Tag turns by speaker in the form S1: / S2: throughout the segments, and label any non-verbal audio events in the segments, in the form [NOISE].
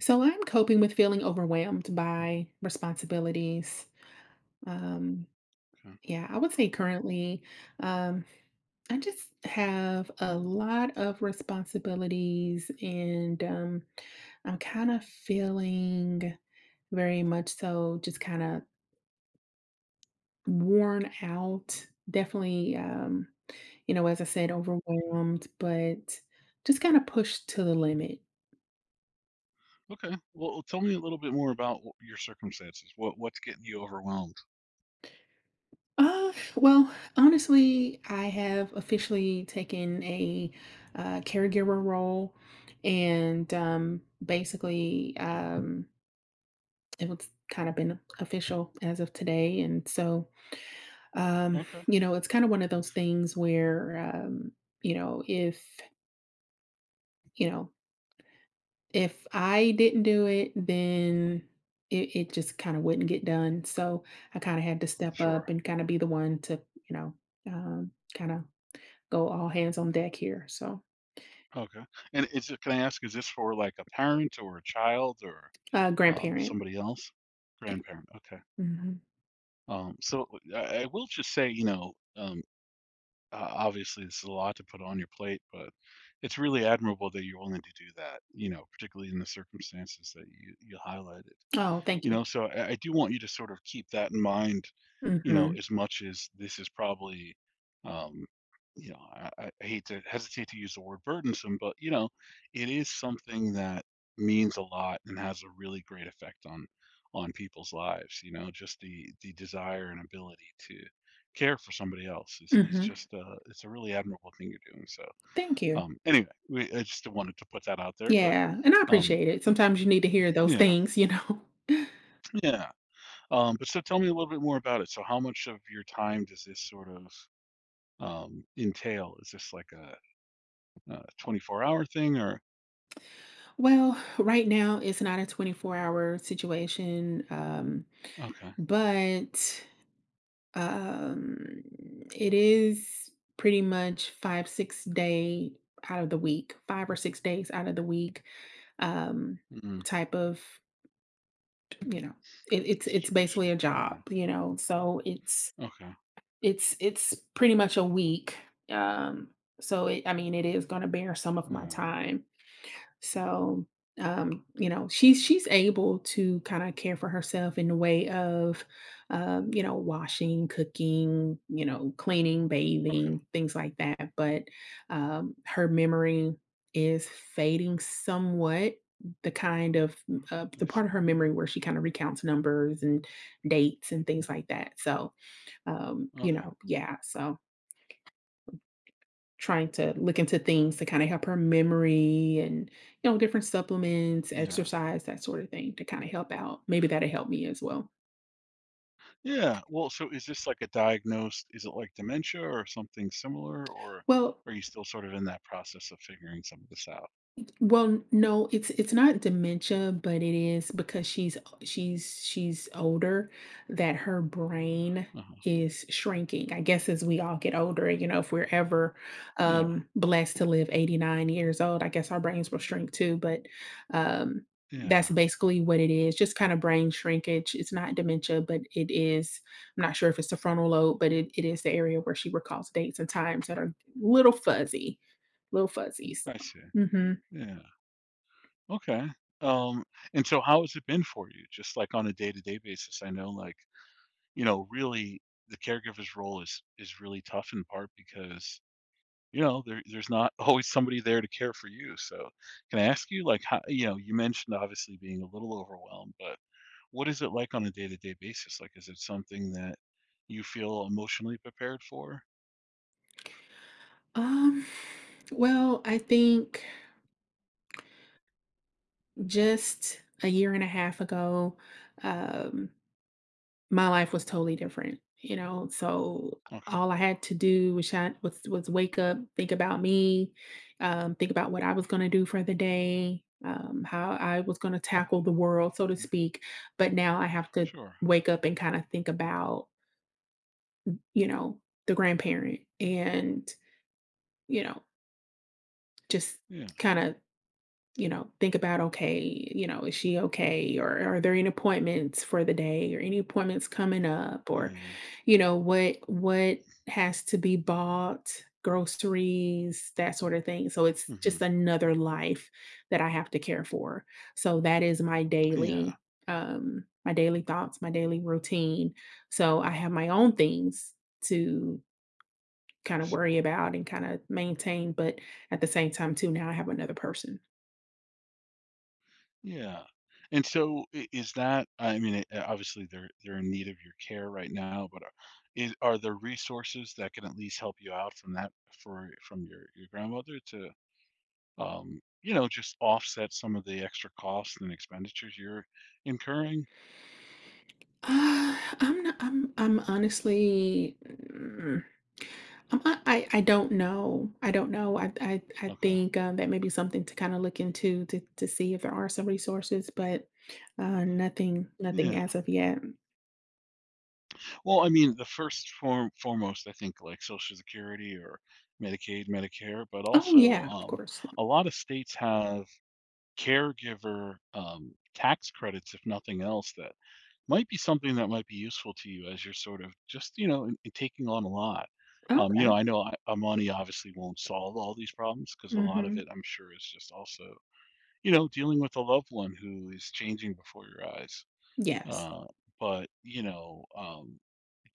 S1: So I'm coping with feeling overwhelmed by responsibilities. Um,
S2: Okay.
S1: yeah, I would say currently, um, I just have a lot of responsibilities, and I'm kind of feeling very much so just kind of worn out. Definitely, as I said,
S2: Okay.
S1: overwhelmed, but just kind of pushed to the limit.
S2: Okay. Well, tell me a little bit more about your circumstances. What's getting you overwhelmed?
S1: Well, honestly, I have officially taken a caregiver role, and basically,
S2: Okay.
S1: it was kind of been official as of today. And so, um,
S2: Okay.
S1: it's kind of one of those things where, you know, if you know, if I didn't do it, then it just kind of wouldn't get done. So I kind of had to step up
S2: Sure.
S1: and kind of be the one to, you know, um, kind of go all hands on deck here, so
S2: Okay. And is it, can I ask, is this for like a parent or a child or
S1: grandparent,
S2: somebody else?
S1: yeah.
S2: Grandparent. Okay.
S1: Mhm.
S2: So I will just say, obviously this is a lot to put on your plate, but it's really admirable that you're willing to do that. You know, particularly in the circumstances that you highlighted.
S1: Oh, thank
S2: You
S1: you.
S2: know, so I do want you to sort of keep that in mind, you know,
S1: Mhm,
S2: as much as this is probably, um, you know, I hate to hesitate to use the word burdensome, but you know, it is something that means a lot and has a really great effect on people's lives. You know, just the desire and ability to care for somebody else is is
S1: mhm.
S2: just uh it's a really admirable thing you're doing. So
S1: Thank you.
S2: anyway, I just wanted to put that out there, but
S1: Yeah, and I
S2: um
S1: appreciate it, sometimes you need to hear those
S2: yeah,
S1: things, you know? [LAUGHS]
S2: yeah. But so tell me a little bit more about it. So how much of your time does this sort of entail? Is this like a 24-hour thing or
S1: Well, right now, it's not a 24-hour situation,
S2: okay
S1: but, um, it is pretty much 5 or 6 days out of the week, um,
S2: mm,
S1: type of you know, it's basically
S2: situation?
S1: a job,
S2: Yeah.
S1: you know. So it's
S2: Okay.
S1: it's it's pretty much a week. Um, so it, I mean, it is going to bear some of my
S2: Yeah.
S1: time so, you know, she's able to kind of care for herself in the way of, you know, washing, cooking, you know, cleaning,
S2: Okay.
S1: bathing, things like that. But her memory is fading somewhat. The kind of
S2: I
S1: the part of
S2: see.
S1: her memory where she kind of recounts numbers and dates and things like that. So, you
S2: Okay.
S1: know, yeah. So trying to look into things to kinda help her memory and, you know, different supplements,
S2: Yeah.
S1: exercise, that sort of thing to kinda help out. Maybe that'll help me as well.
S2: Yeah. Well, so is this like a diagnosed? Is it like dementia or something similar, or
S1: Well,
S2: are you still sort of in that process of figuring some of this out?
S1: Well, no, it's not dementia, but it is because she's older that her brain
S2: Uh-huh.
S1: is shrinking. I guess as we all get older, you know, if we're ever
S2: Yeah.
S1: blessed to live 89 years old, I guess our brains will shrink too, but um
S2: Yeah.
S1: that's basically what it is. Just kind of brain shrinkage. It's not dementia, but it is, I'm not sure if it's the frontal lobe, but it is the area where she recalls dates and times that are little fuzzy, little fuzzy. So,
S2: I see.
S1: mhm.
S2: Yeah. Okay. Um, and so how has it been for you? Just like on a day-to-day basis, I know like, you know, really the caregiver's role is really tough in part because, you know, there's not [LAUGHS] always somebody there to care for you. So can I ask you like how, you know, you mentioned obviously being a little overwhelmed, but what is it like on a day-to-day basis? Like is it something that you feel emotionally prepared for?
S1: Um, well, I think just a year and a half ago, um, my life was totally different, you know. So
S2: Okay.
S1: all I had to do was was wake up, think about me, think about what I was going to do for the day, how I was going to tackle the world, so to
S2: Okay.
S1: speak. But now I have to
S2: Sure.
S1: wake up and kind of think about, you know, the grandparent and, you know, just
S2: Yeah.
S1: kind of think about, okay, you know, is she okay? Or are there any appointments for the day or any appointments coming up? Or,
S2: Yeah.
S1: you know, what has to be bought, groceries, that sort of thing. So it's
S2: Hmm.
S1: just another life that I have to care for. So that is
S2: Yeah.
S1: my daily thoughts, my daily routine. So I have my own things to
S2: I
S1: kind of
S2: see.
S1: worry about and kind of maintain. But at the same time, too, now I have another person.
S2: Yeah. And so I is that, I mean, obviously, they're in need of your care right now, but are there resources that can at least help you out from that for from your grandmother to, you know, just offset some of the extra costs and expenditures you're incurring?
S1: I'm not, I'm honestly, I don't know. I don't know. I
S2: Okay.
S1: think that may be something to kind of look into to see if there are some resources, but nothing nothing
S2: Yeah.
S1: as of yet.
S2: Well, I mean, the first form foremost, I think, like, Social Security or Medicaid, Medicare, but
S1: Oh
S2: also,
S1: yeah, of course.
S2: a lot of states have caregiver, tax credits, if nothing else, that might be something that might be useful to you as you're sort of just, you know, and taking on a lot. You
S1: Okay.
S2: know, I know money obviously won't solve all these problems because a lot of
S1: Mm-hmm.
S2: it, I'm sure, is just also, you know, dealing with a loved one who is changing before your eyes.
S1: Yes.
S2: Uh, but, you know,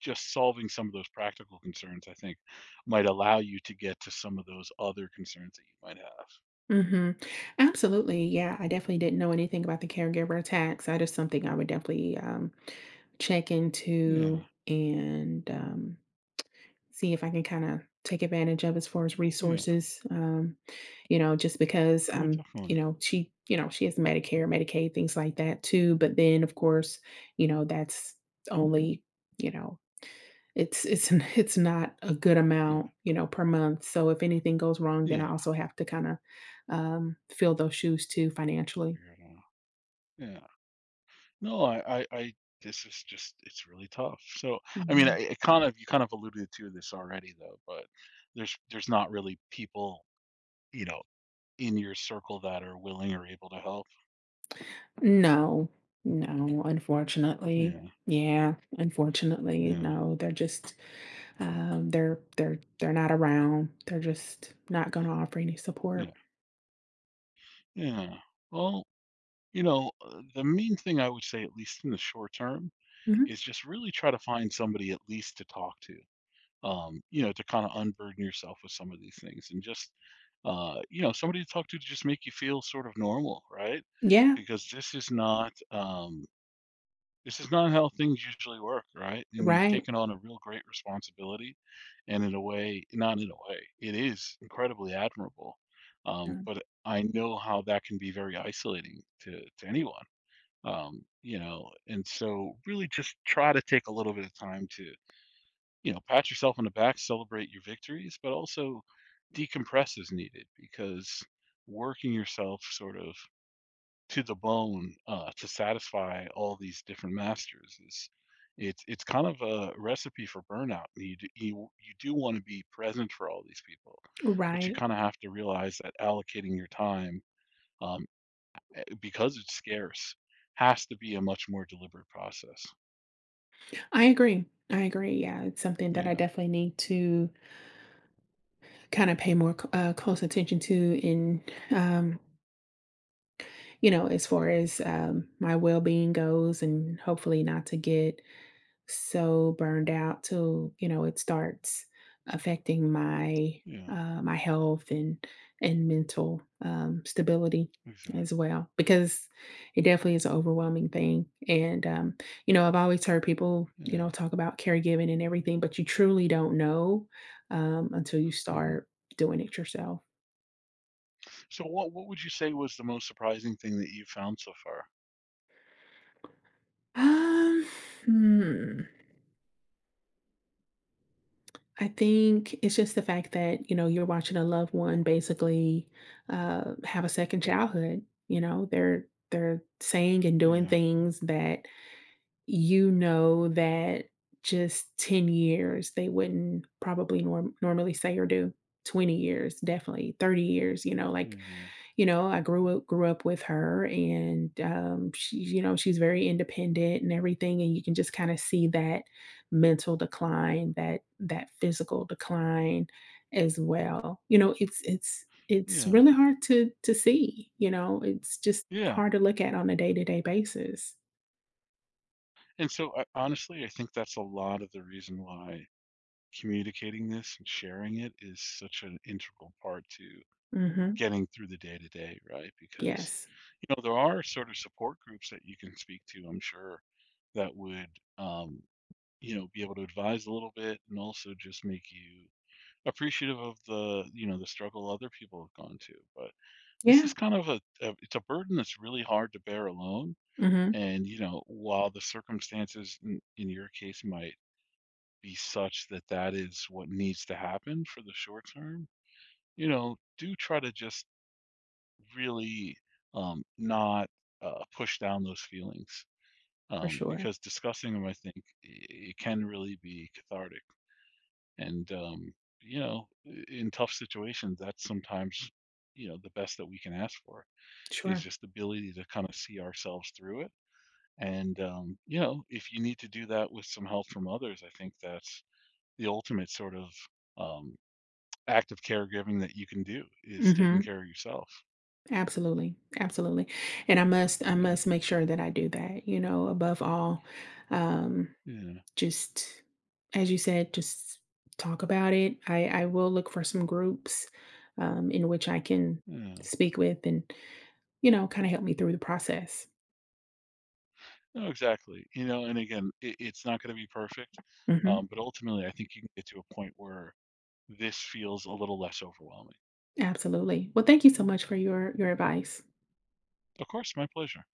S2: just solving some of those practical concerns, I think, might allow you to get to some of those other concerns that you might have.
S1: Mm-hmm. Absolutely. Yeah, I definitely didn't know anything about the caregiver tax. That is something I would definitely check into
S2: Yeah.
S1: and see if I can kinda take advantage of as far as
S2: Yeah.
S1: resources, you know, just because,
S2: Oh,
S1: um, you
S2: definitely.
S1: know, she you know, she has Medicare, Medicaid, things like that too, but then, of course, you know, that's only, you know, it's [LAUGHS] it's not a good
S2: Yeah.
S1: amount, you know, per month, so if anything goes wrong, then I
S2: Yeah.
S1: also have to kinda, fill those shoes too financially.
S2: Weirdo. Yeah. No, this is just, it's really tough. So, I mean,
S1: Mhm.
S2: it kind of, you kind of alluded to this already though, but there's not really people, you know, in your circle that are willing or able to help.
S1: No. No, unfortunately.
S2: Yeah.
S1: Yeah, unfortunately,
S2: Yeah.
S1: no, they're just they're not around. They're just not gonna offer any
S2: Yeah.
S1: support.
S2: Yeah. Well, you know, the main thing I would say, at least in the short term,
S1: Mhm.
S2: is just really try to find somebody at least to talk to. Um, you know, to kind of unburden yourself with some of these things and just, you know, somebody to talk to just make you feel sort of normal, right?
S1: Yeah,
S2: Because this is not how things usually work, right? And you've
S1: right.
S2: taken on a real great responsibility, and in a way, not in a way, it is incredibly admirable.
S1: Yeah,
S2: But I know how that can be very isolating to anyone, you know. And so, really, just try to take a little bit of time to, you know, pat yourself on the back, celebrate your victories, but also decompress as needed because working yourself sort of to the bone, to satisfy all these different masters is it's kind of a recipe for burnout. You do, you do want to be present for all these people, but you
S1: right.
S2: kind of have to realize that allocating your time, um, because it's scarce has to be a much more deliberate process.
S1: I agree. I agree. Yeah, it's something that I
S2: Yeah.
S1: definitely need to kind of pay more c close attention to in, um, you know, as far as,
S2: Mm.
S1: my well-being goes and hopefully not to get so burned out till, you know, it starts affecting my
S2: Yeah.
S1: my health and mental stability as
S2: Exactly.
S1: well because it definitely is an overwhelming thing and you know, I've always heard people, you
S2: Yeah.
S1: know, talk about caregiving and everything, but you truly don't know until you
S2: Mhm.
S1: start doing it yourself.
S2: So what would you say was the most surprising thing that you found so far?
S1: um, hmm. I think it's just the fact that, you know, you're watching a loved one basically have a second childhood. You know, they're saying and doing
S2: Yeah,
S1: things that you know that just 10 years they wouldn't probably normally say or do. 20 years, definitely. 30 years, you know, like
S2: yeah,
S1: you know, I grew up with her and, she she's very independent and everything, and you can just kinda see that mental decline, that physical decline as well. You know, it's it's
S2: yeah,
S1: really hard to see, you know, it's just
S2: yeah.
S1: hard to look at on a day-to-day basis.
S2: And so honestly, I think that's a lot of the reason why communicating this and sharing it is such an integral part to
S1: Mhm.
S2: getting through the day to day, right? Because
S1: Yes.
S2: you know there are sort of support groups that you can speak to. I'm sure that would, um, you know, be able to advise a little bit and also just make you appreciative of the, you know, the struggle other people have gone to but this
S1: Yeah.
S2: is kind of a it's a burden that's really hard to bear alone,
S1: Mhm.
S2: and, you know, while the circumstances in your case might be such that that is what needs to happen for the short term, you know, do try to just really, not, push down those feelings,
S1: For sure.
S2: because discussing them, I think, I it can really be cathartic, and, you know, I in tough situations, that's sometimes, you know, the best that we can ask for. Is
S1: Sure.
S2: just the ability to kind of see ourselves through it. And, you know, if you need to do that with some help from others, I think that's the ultimate sort of, um, act of caregiving that you can do is taking
S1: Mhm.
S2: care of yourself.
S1: Absolutely, absolutely, and I
S2: Yeah,
S1: must make sure that I do that, you know, above all, um,
S2: yeah,
S1: just as you said, just talk about it. I will look for some groups in which I can
S2: yeah.
S1: speak with and, you know, kind of help me through the process.
S2: No, exactly. You know, and again, it's not going to be perfect,
S1: Hmm.
S2: but ultimately, I think you can get to a point where this feels a little less overwhelming.
S1: Absolutely. Well, thank you so much for your advice.
S2: Of course, my pleasure.